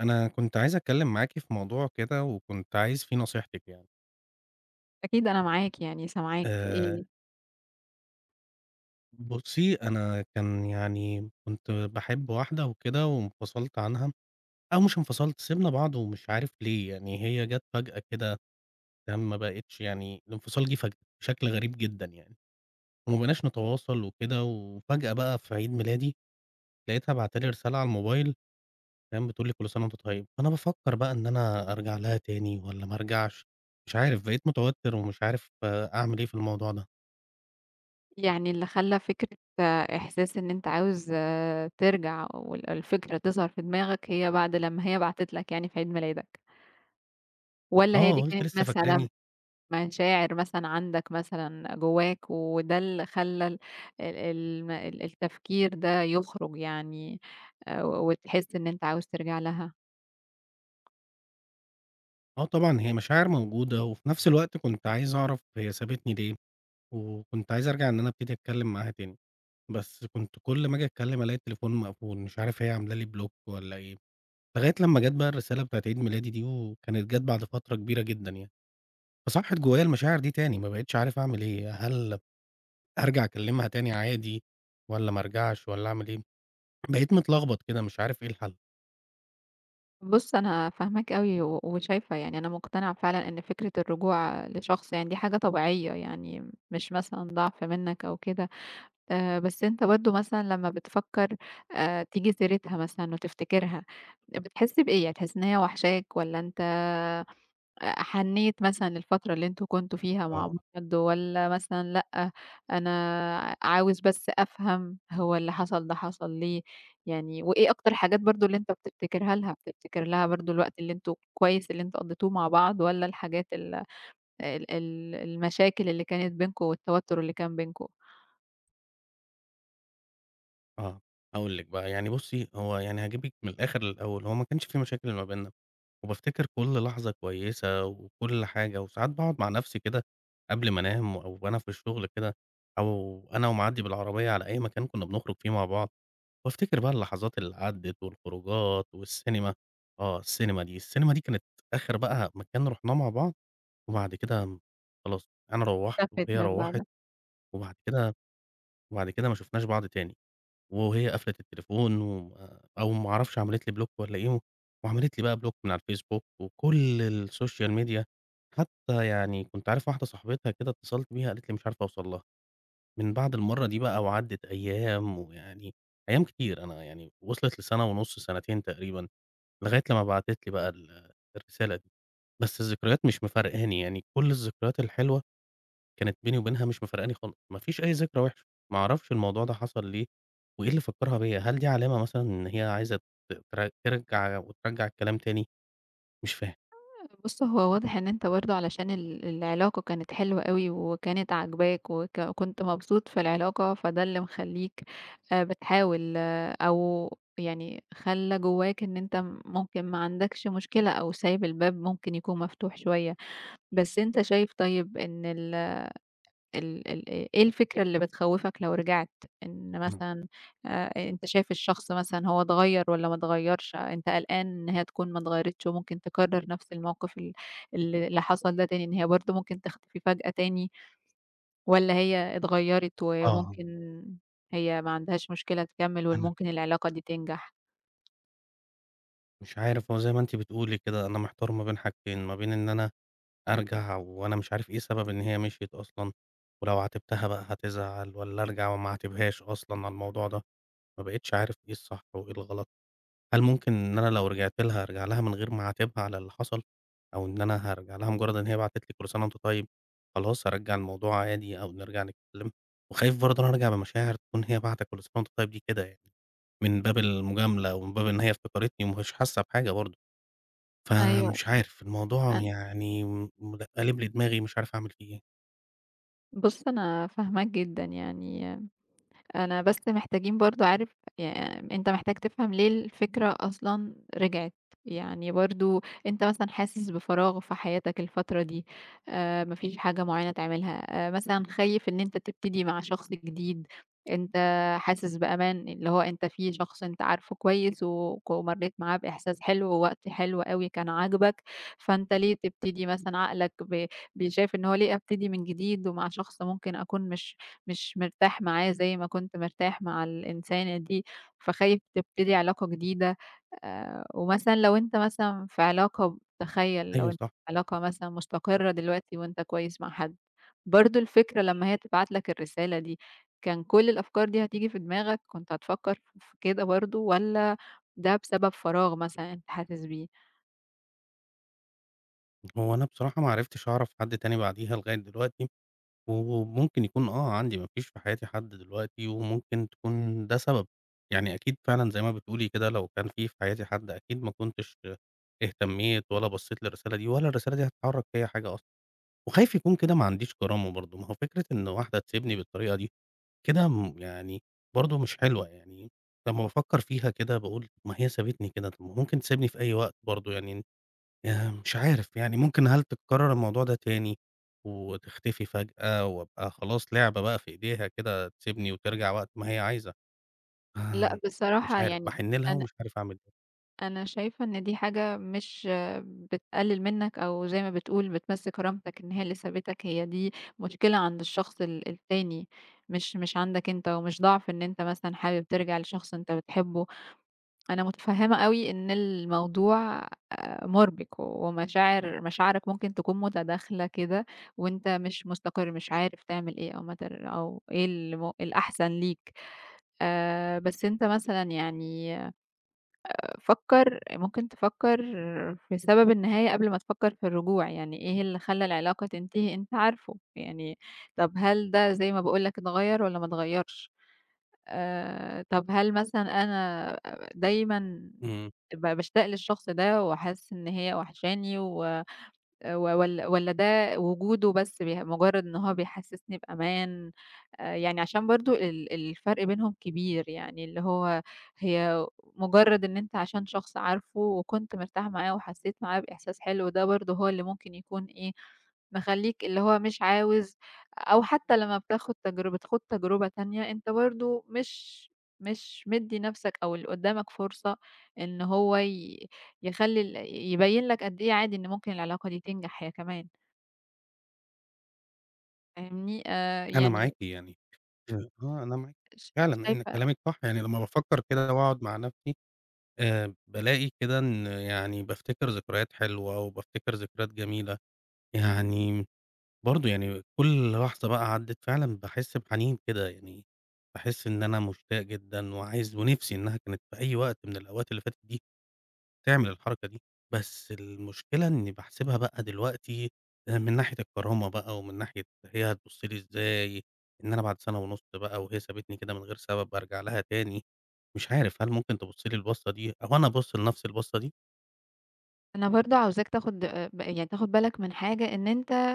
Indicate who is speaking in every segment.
Speaker 1: أنا كنت عايز أتكلم معاكِ في موضوع كده، وكنت عايز فيه نصيحتِك يعني.
Speaker 2: أكيد أنا معاك، يعني سامعاك.
Speaker 1: آآ، بُصّي، أنا كان يعني كنت باحب واحدة وكده وانفصلت عنها، أو مش انفصلت، سِبنا بعض ومش عارف ليه، يعني هي جات فجأة كده، تمام، ما بقِتش يعني الانفصال جِه فجأة بشكل غريب جدًا يعني، وما بقيناش نتواصل وكده، وفجأة بقى في عيد ميلادي لقيتها باعتة لي رسالة على الموبايل فاهم، بتقول لي كل سنة وأنت طيب، فأنا بافكّر بقى إن أنا أرجع لها تاني والّا ما أرجعش، مش عارف بقيت متوتّر ومش عارف أعمل إيه في الموضوع ده.
Speaker 2: يعني اللي خلّى فكرة إحساس إن أنت عاوز، ترجع الفكرة تظهر في دماغك هي بعد لمّا هي بعتت لك يعني في عيد ميلادك، والّا هي
Speaker 1: آه،
Speaker 2: دي
Speaker 1: قُلت
Speaker 2: كانت
Speaker 1: لسه فاكراني؟
Speaker 2: مثلًا مشاعر مثلًا عندك مثلًا جواك وده اللي خلّى ال ال الم ال التفكير ده يخرج يعني، وتحس إن أنت عاوز ترجع لها؟
Speaker 1: آه طبعًا، هي مشاعر موجودة وفي نفس الوقت كنت عايز أعرف هي سابتني ليه، وكنت عايز أرجع إن أنا أبتدي أتكلّم معاها تاني، بس كنت كل ما آجي أتكلّم ألاقي التليفون مقفول، مش عارف هي عاملة لي بلوك والّا إيه، لغاية لمّا جات بقى الرسالة بتاعة عيد ميلادي دي، وكانت جات بعد فترة كبيرة جدًا يعني، فصحّت جوايا المشاعر دي تاني، ما بقيتش عارف أعمل إيه، هل أرجع أكلمها تاني عادي والّا ما أرجعش والّا أعمل إيه؟ بقيت متلخبط كده مش عارف إيه الحل.
Speaker 2: بُص، أنا فاهماك أوي وشايفة، يعني أنا مقتنعة فعلًا إن فكرة الرجوع لشخص يعني دي حاجة طبيعية، يعني مش مثلًا ضعف منّك أو كده. بس أنت برضه مثلًا لمّا بتفكّر، تيجي سيرتها مثلًا وتفتكرها، بتحس بإيه؟ يعني تحس إن هي وحشاك والّا أنت حنّيت مثلًا للفترة اللي أنتم كنتم فيها مع
Speaker 1: آه.
Speaker 2: بعض والّا مثلًا لأ. أنا عاوز بس أفهم هو اللي حصل ده حصل ليه؟ يعني وإيه أكتر الحاجات برضه اللي أنت بتفتكرها لها، بتفتكر لها برضه الوقت اللي أنتم كويس اللي أنتم قضّيتوه مع بعض والّا الحاجات ال ال ال المشاكل اللي كانت بينكم والتوتُّر اللي كان بينكم
Speaker 1: آه، هاقول لِك بقى، يعني بُصّي، هو يعني هاجيبِك من الآخر للأول، هو ما كانش في مشاكل ما بيننا، وبافتكر كل لحظة كويسة وكل حاجة، وساعات باقعد مع نفسي كده قبل ما أنام أو وأنا في الشغل كده، أو أنا ومعدّي بالعربية على أي مكان كنا بنخرج فيه مع بعض، وافتكر بقى اللحظات اللي عدّت والخروجات والسينما، السينما دي كانت آخر بقى مكان رُحناه مع بعض وبعد كده خلاص، أنا روّحت
Speaker 2: اختفت
Speaker 1: وهي
Speaker 2: من
Speaker 1: روّحت،
Speaker 2: بعد؟
Speaker 1: وبعد كده وبعد كده ما شُفناش بعض تاني، وهي قفلت التليفون وما أو ما أعرفش عملت لي بلوك والّا إيه، وعملت لي بقى بلوك من على الفيسبوك وكل السوشيال ميديا، حتى يعني كنت عارف واحدة صاحبتها كده اتصلت بيها قالت لي مش عارفة أوصل لها، من بعد المَرّة دي بقى وعدِّت أيام ويعني أيام كتير، أنا يعني وصلت لسَنة ونُص، سَنتين تقريبًا، لغاية لمّا بعتت لي بقى الرسالة دي، بس الذكريات مش مفارقاني، يعني كل الذكريات الحلوة كانت بيني وبينها مش مفارقاني خالص، ما فيش أي ذكرى وحشة، ما أعرفش الموضوع ده حصل ليه، وإيه اللي فكّرها بيّا، هل دي علامة مثلًا إن هي عايزة ت تر ترجع وترجّع الكلام تاني؟ مش فاهم.
Speaker 2: بُص، هو واضح إن أنت برضه علشان العلاقة كانت حلوة أوي وكانت عاجباك وكنت مبسوط في العلاقة، فده اللي مخلّيك، بتحاول، أو يعني خلّى جواك إن أنت ممكن ما عندكش مشكلة أو سايب الباب ممكن يكون مفتوح شوية. بس أنت شايف طيب إن ال ال ال إيه الفكرة اللي بتخوّفك لو رجعت؟ إن
Speaker 1: إمم.
Speaker 2: مثلًا، أنت شايف الشخص مثلًا هو اتغيّر والّا ما اتغيّرش، أنت قلقان إن هي تكون ما اتغيّرتش وممكن تكرّر نفس الموقف ال ال اللي حصل ده تاني، إن هي برضه ممكن تختفي فجأة تاني والّا هي اتغيّرت
Speaker 1: آه،
Speaker 2: وممكن هي ما عندهاش مشكلة تكمّل
Speaker 1: أنا
Speaker 2: ممكن العلاقة دي تنجح؟
Speaker 1: مش عارف، هو زي ما أنتِ بتقولي كده أنا محتار ما بين حاجتين، ما بين إن أنا أرجع وأنا مش عارف إيه سبب إن هي مشيت أصلًا، ولو عاتبتها بقى هتزعل والّا أرجع وما أعاتبهاش أصلًا على الموضوع ده، ما بقيتش عارف إيه الصح وإيه الغلط. هل ممكن إن أنا لو رجعت لها أرجع لها من غير ما أعاتبها على اللي حصل؟ أو إن أنا هارجع لها مجرد إن هي بعتت لي كل سنة وأنت طيب، خلاص هارجّع الموضوع عادي أو نرجع نتكلم، وخايف برضه إن أنا أرجع بمشاعر تكون هي باعتة كل سنة وأنت طيب دي كده يعني، من باب المجاملة ومن باب إن هي افتكرتني ومش حاسة بحاجة برضه،
Speaker 2: أيوه.
Speaker 1: فمش عارف الموضوع
Speaker 2: أن
Speaker 1: يعني م م قالب لي دماغي مش عارف أعمل فيه إيه.
Speaker 2: بُص أنا فاهماك جدًا يعني. أنا بس محتاجين برضه عارف يعني أنت محتاج تفهم ليه الفكرة أصلًا رجعت، يعني برضه أنت مثلًا حاسس بفراغ في حياتك الفترة دي، ما فيش حاجة معينة تعملها، مثلًا خايف إن أنت تبتدي مع شخص جديد، أنت حاسس بأمان اللي هو أنت في شخص أنت عارفه كويس ومريت معاه بإحساس حلو ووقت حلو أوي كان عاجبك، فأنت ليه تبتدي مثلًا عقلك ب ب شايف إن هو ليه أبتدي من جديد ومع شخص ممكن أكون مش مرتاح معاه زي ما كنت مرتاح مع الإنسانة دي، فخايف تبتدي علاقة جديدة. ومثلًا لو أنت مثلًا في علاقة تخيل لو
Speaker 1: أيوه
Speaker 2: أنت
Speaker 1: صح،
Speaker 2: في علاقة مثلًا مستقرة دلوقتي وأنت كويس مع حد، برضه الفكرة لمّا هي تبعت لك الرسالة دي، كان كل الأفكار دي هتيجي في دماغك، كنت هتفكر في كده برضه والّا ده بسبب فراغ مثلًا أنت حاسس بيه؟
Speaker 1: هو أنا بصراحة ما عرفتش أعرف حد تاني بعديها لغاية دلوقتي. وممكن يكون عندي ما فيش في حياتي حد دلوقتي وممكن تكون ده سبب، يعني أكيد فعلًا زي ما بتقولي كده لو كان في حياتي حد أكيد ما كنتش اهتميت ولا بصيت للرسالة دي ولا الرسالة دي هتحرّك فيّا حاجة أصلًا، وخايف يكون كده ما عنديش كرامة برضه، ما هو فكرة إن واحدة تسيبني بالطريقة دي كده يعني برضه مش حلوة، يعني لمّا بافكّر فيها كده باقول ما هي سابتني كده، طَب ما ممكن تسيبني في أي وقت برضه يعني مش عارف، يعني ممكن هل تتكرر الموضوع ده تاني وتختفي فجأة وأبقى خلاص لعبة بقى في إيديها كده تسيبني وترجع وقت ما هي عايزة،
Speaker 2: لأ
Speaker 1: آمم مش
Speaker 2: بصراحة
Speaker 1: عارف،
Speaker 2: يعني.
Speaker 1: باحن لها
Speaker 2: أنا
Speaker 1: ومش عارف أعمل إيه.
Speaker 2: أنا شايفة إن دي حاجة مش بتقلل منك أو زي ما بتقول بتمسّك كرامتك إن هي اللي سابتك، هي دي مشكلة عند الشخص التاني، مش عندك أنت، ومش ضعف إن أنت مثلًا حابب ترجع لشخص أنت بتحبه. أنا متفهمة أوي إن الموضوع مُربِك، مشاعرك ممكن تكون متداخلة كده، وأنت مش مستقر، مش عارف تعمل إيه أو ما تر أو إيه الأحسن ليك. بس أنت مثلًا يعني فكّر ممكن تفكّر في سبب النهاية قبل ما تفكّر في الرجوع، يعني إيه اللي خلّى العلاقة تنتهي أنت عارفه. يعني طب هل ده زي ما باقول لك اتغيّر والّا ما اتغيّرش، طب هل مثلًا أنا دايمًا
Speaker 1: إمم،
Speaker 2: باشتاق للشخص ده وحاسس إن هي وحشاني و و والّا والّا ده وجوده بس بيه مجرّد إن هو بيحسّسني بأمان. يعني عشان برضه الفرق بينهم كبير، يعني اللي هو هي مجرّد إن أنت عشان شخص عارفه وكنت مرتاح معاه وحسّيت معاه بإحساس حلو، ده برضه هو اللي ممكن يكون إيه، مخلّيك اللي هو مش عاوز، أو حتّى لمّا بتاخُد تجربة تخوض تجربة تانية، أنت برضه مش مدّي نَفْسك أو اللي قُدّامك فرصة إن هو يخلّي يبيّن لك قد إيه عادي إن ممكن العلاقة دي تنجح هي كمان. فاهمني؟
Speaker 1: أنا
Speaker 2: يعني
Speaker 1: معاكِ يعني، أنا معاكِ،
Speaker 2: ش
Speaker 1: فعلًا إن
Speaker 2: شايفة.
Speaker 1: كلامِك صح، يعني لمّا بافكّر كده وأقعد مع نفسي بالاقي كده إن يعني بافتكر ذكريات حلوة وبافتكر ذكريات جميلة، يعني برضه يعني كل لحظة بقى عدِّت فعلًا باحس بحنين كده، يعني باحس إن أنا مشتاق جدًا وعايز ونِفْسي إنها كانت في أي وقت من الأوقات اللي فاتت دي تعمل الحركة دي، بس المشكلة إني باحسبها بقى دلوقتي من ناحية الكرامة بقى ومن ناحية هي هتبُص لي إزاي، إن أنا بعد سَنة ونُص بقى وهي سابتني كده من غير سبب أرجع لها تاني، مش عارف هل ممكن تبُص لي البَصّة دي أو أنا أبُص لنَفْسي البَصّة دي؟
Speaker 2: أنا برضه عاوزاك تاخد، ب يعني تاخد بالك من حاجة إن أنت،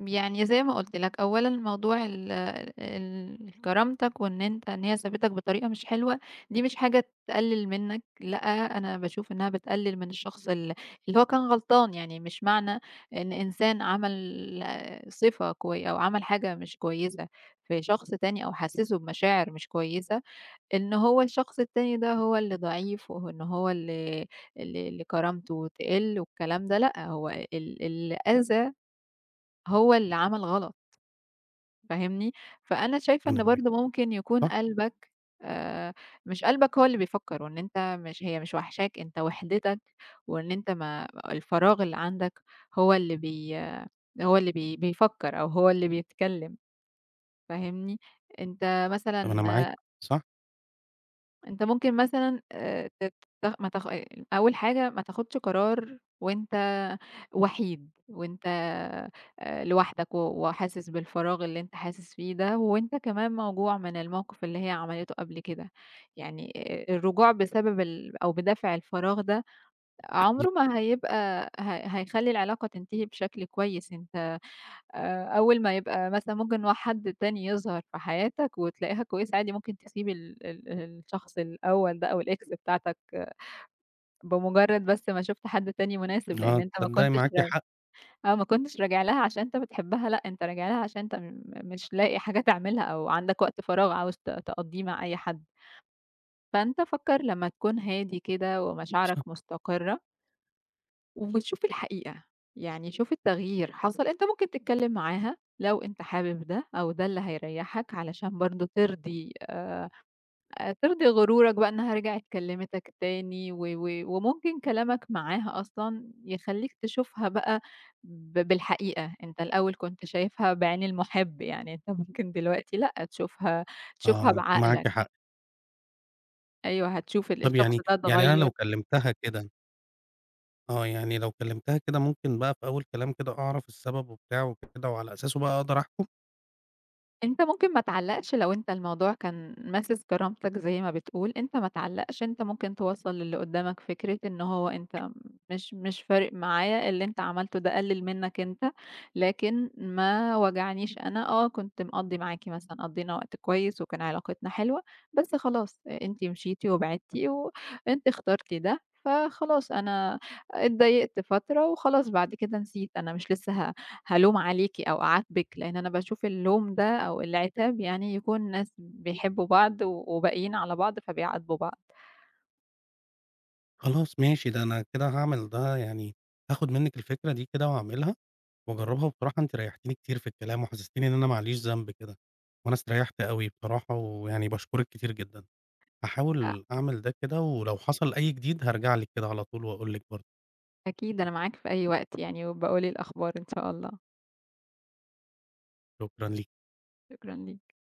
Speaker 2: يعني زي ما قُلت لك، أولًا موضوع ال ال كرامتك وإن أنت إن هي سابتك بطريقة مش حلوة، دي مش حاجة تقلل منك. لأ، أنا باشوف إنها بتقلل من الشخص اللي هو كان غلطان، يعني مش معنى إن إنسان عمل صفة كوي أو عمل حاجة مش كويسة في شخص تاني أو حسّسه بمشاعر مش كويسة، إن هو الشخص التاني ده هو اللي ضعيف وإن هو اللي كرامته تقِل والكلام ده لأ، هو الأذى هو اللي عمل غلط. فاهمني؟ فأنا شايفة
Speaker 1: أنا
Speaker 2: إن
Speaker 1: معاكِ
Speaker 2: برضه ممكن يكون
Speaker 1: صح،
Speaker 2: قلبك، آآ مش قلبك هو اللي بيفكّر، وإن أنت مش هي مش واحشاك، أنت وحدتك وإن أنت ما الفراغ اللي عندك هو اللي بي هو اللي بي بيفكّر أو هو اللي بيتكلّم. فاهمني؟ أنت
Speaker 1: أنا
Speaker 2: مثلًا
Speaker 1: معاكِ صح،
Speaker 2: أنت ممكن مثلًا، تت ما تاخ يعني أول حاجة ما تاخدش قرار وأنت وحيد، وأنت لوحدك وحاسس بالفراغ اللي أنت حاسس فيه ده، وأنت كمان موجوع من الموقف اللي هي عملته قبل كده. يعني الرجوع بسبب ال أو بدافع الفراغ ده
Speaker 1: أكيد
Speaker 2: عمره ما هيبقى هيخلّي العلاقة تنتهي بشكل كويس. أنت، أول ما يبقى مثلًا ممكن هو حد تاني يظهر في حياتك وتلاقيها كويسة عادي ممكن تسيب ال ال الشخص الأول ده أو الex بتاعتك بمجرد بس ما شُفت حد تاني مناسب، لإن أنت ما
Speaker 1: تصدّقي
Speaker 2: كنتش
Speaker 1: معاكِ
Speaker 2: ر
Speaker 1: حق
Speaker 2: آه، ما كنتش راجع لها عشان أنت بتحبها، لأ أنت راجع لها عشان أنت مش لاقي حاجة تعملها أو عندك وقت فراغ عاوز تقضّيه مع أي حد. فأنت فكّر لمّا تكون هادي كده
Speaker 1: صح.
Speaker 2: ومشاعرك مستقرة وشوف الحقيقة، يعني شوف التغيير حصل. أنت ممكن تتكلّم معاها لو أنت حابب ده أو ده اللي هيريّحك علشان برضه ترضي، غرورك بقى إنها رجعت كلّمتك تاني و و وممكن كلامك معاها أصلًا يخلّيك تشوفها بقى، بالحقيقة. أنت الأول كنت شايفها بعين المُحب يعني أنت ممكن دلوقتي لأ، تشوفها
Speaker 1: آه، معاكِ
Speaker 2: بعقلك.
Speaker 1: حق.
Speaker 2: أيوه هتشوف
Speaker 1: طب
Speaker 2: الشخص
Speaker 1: يعني
Speaker 2: ده
Speaker 1: يعني أنا
Speaker 2: اتغيّر.
Speaker 1: لو كلمتها كده آه، يعني لو كلمتها كده ممكن بقى في أول كلام كده أعرف السبب وبتاع وكده وعلى أساسه بقى أقدر أحكم؟
Speaker 2: أنت ممكن ما تعلّقش لو أنت الموضوع كان ماسس كرامتك زي ما بتقول، أنت ما تعلّقش، أنت ممكن توصّل للي قدّامك فكرة إن هو أنت مش فارق معايا اللي أنت عملته ده قلِّل منّك أنت، لكن ما وجعنيش أنا. آه كنت مقضّي معاكِ مثلًا قضّينا وقت كويس وكان علاقتنا حلوة، بس خلاص أنتِ مشيتِ وبعدتِ وأنتِ اخترتِ ده، فخلاص أنا اتضايقت فترة وخلاص بعد كده نسيت، أنا مش لسه هالوم عليكِ أو أعاتبِك، لإن أنا باشوف اللوم ده أو العتاب يعني يكون ناس بيحبّوا بعض وباقيين على بعض فبيعاتبوا بعض.
Speaker 1: خلاص ماشي، ده أنا كده هاعمل ده يعني هاخد منِّك الفكرة دي كده وهاعملها وأجرّبها، وبصراحة أنتِ ريّحتيني كتير في الكلام وحسستيني إن أنا ما عليش ذنب كده، وأنا استريّحت أوي بصراحة ويعني باشكرِك كتير جدًا.
Speaker 2: أ
Speaker 1: هاحاول أعمل ده كده ولو حصل أي جديد هارجع لِك كده على طول وأقول لِك برضه.
Speaker 2: أكيد أنا معاك في أي وقت يعني، وابقى قُل لي الأخبار إن شاء الله.
Speaker 1: شكرًا ليكِ.
Speaker 2: شكرًا ليك.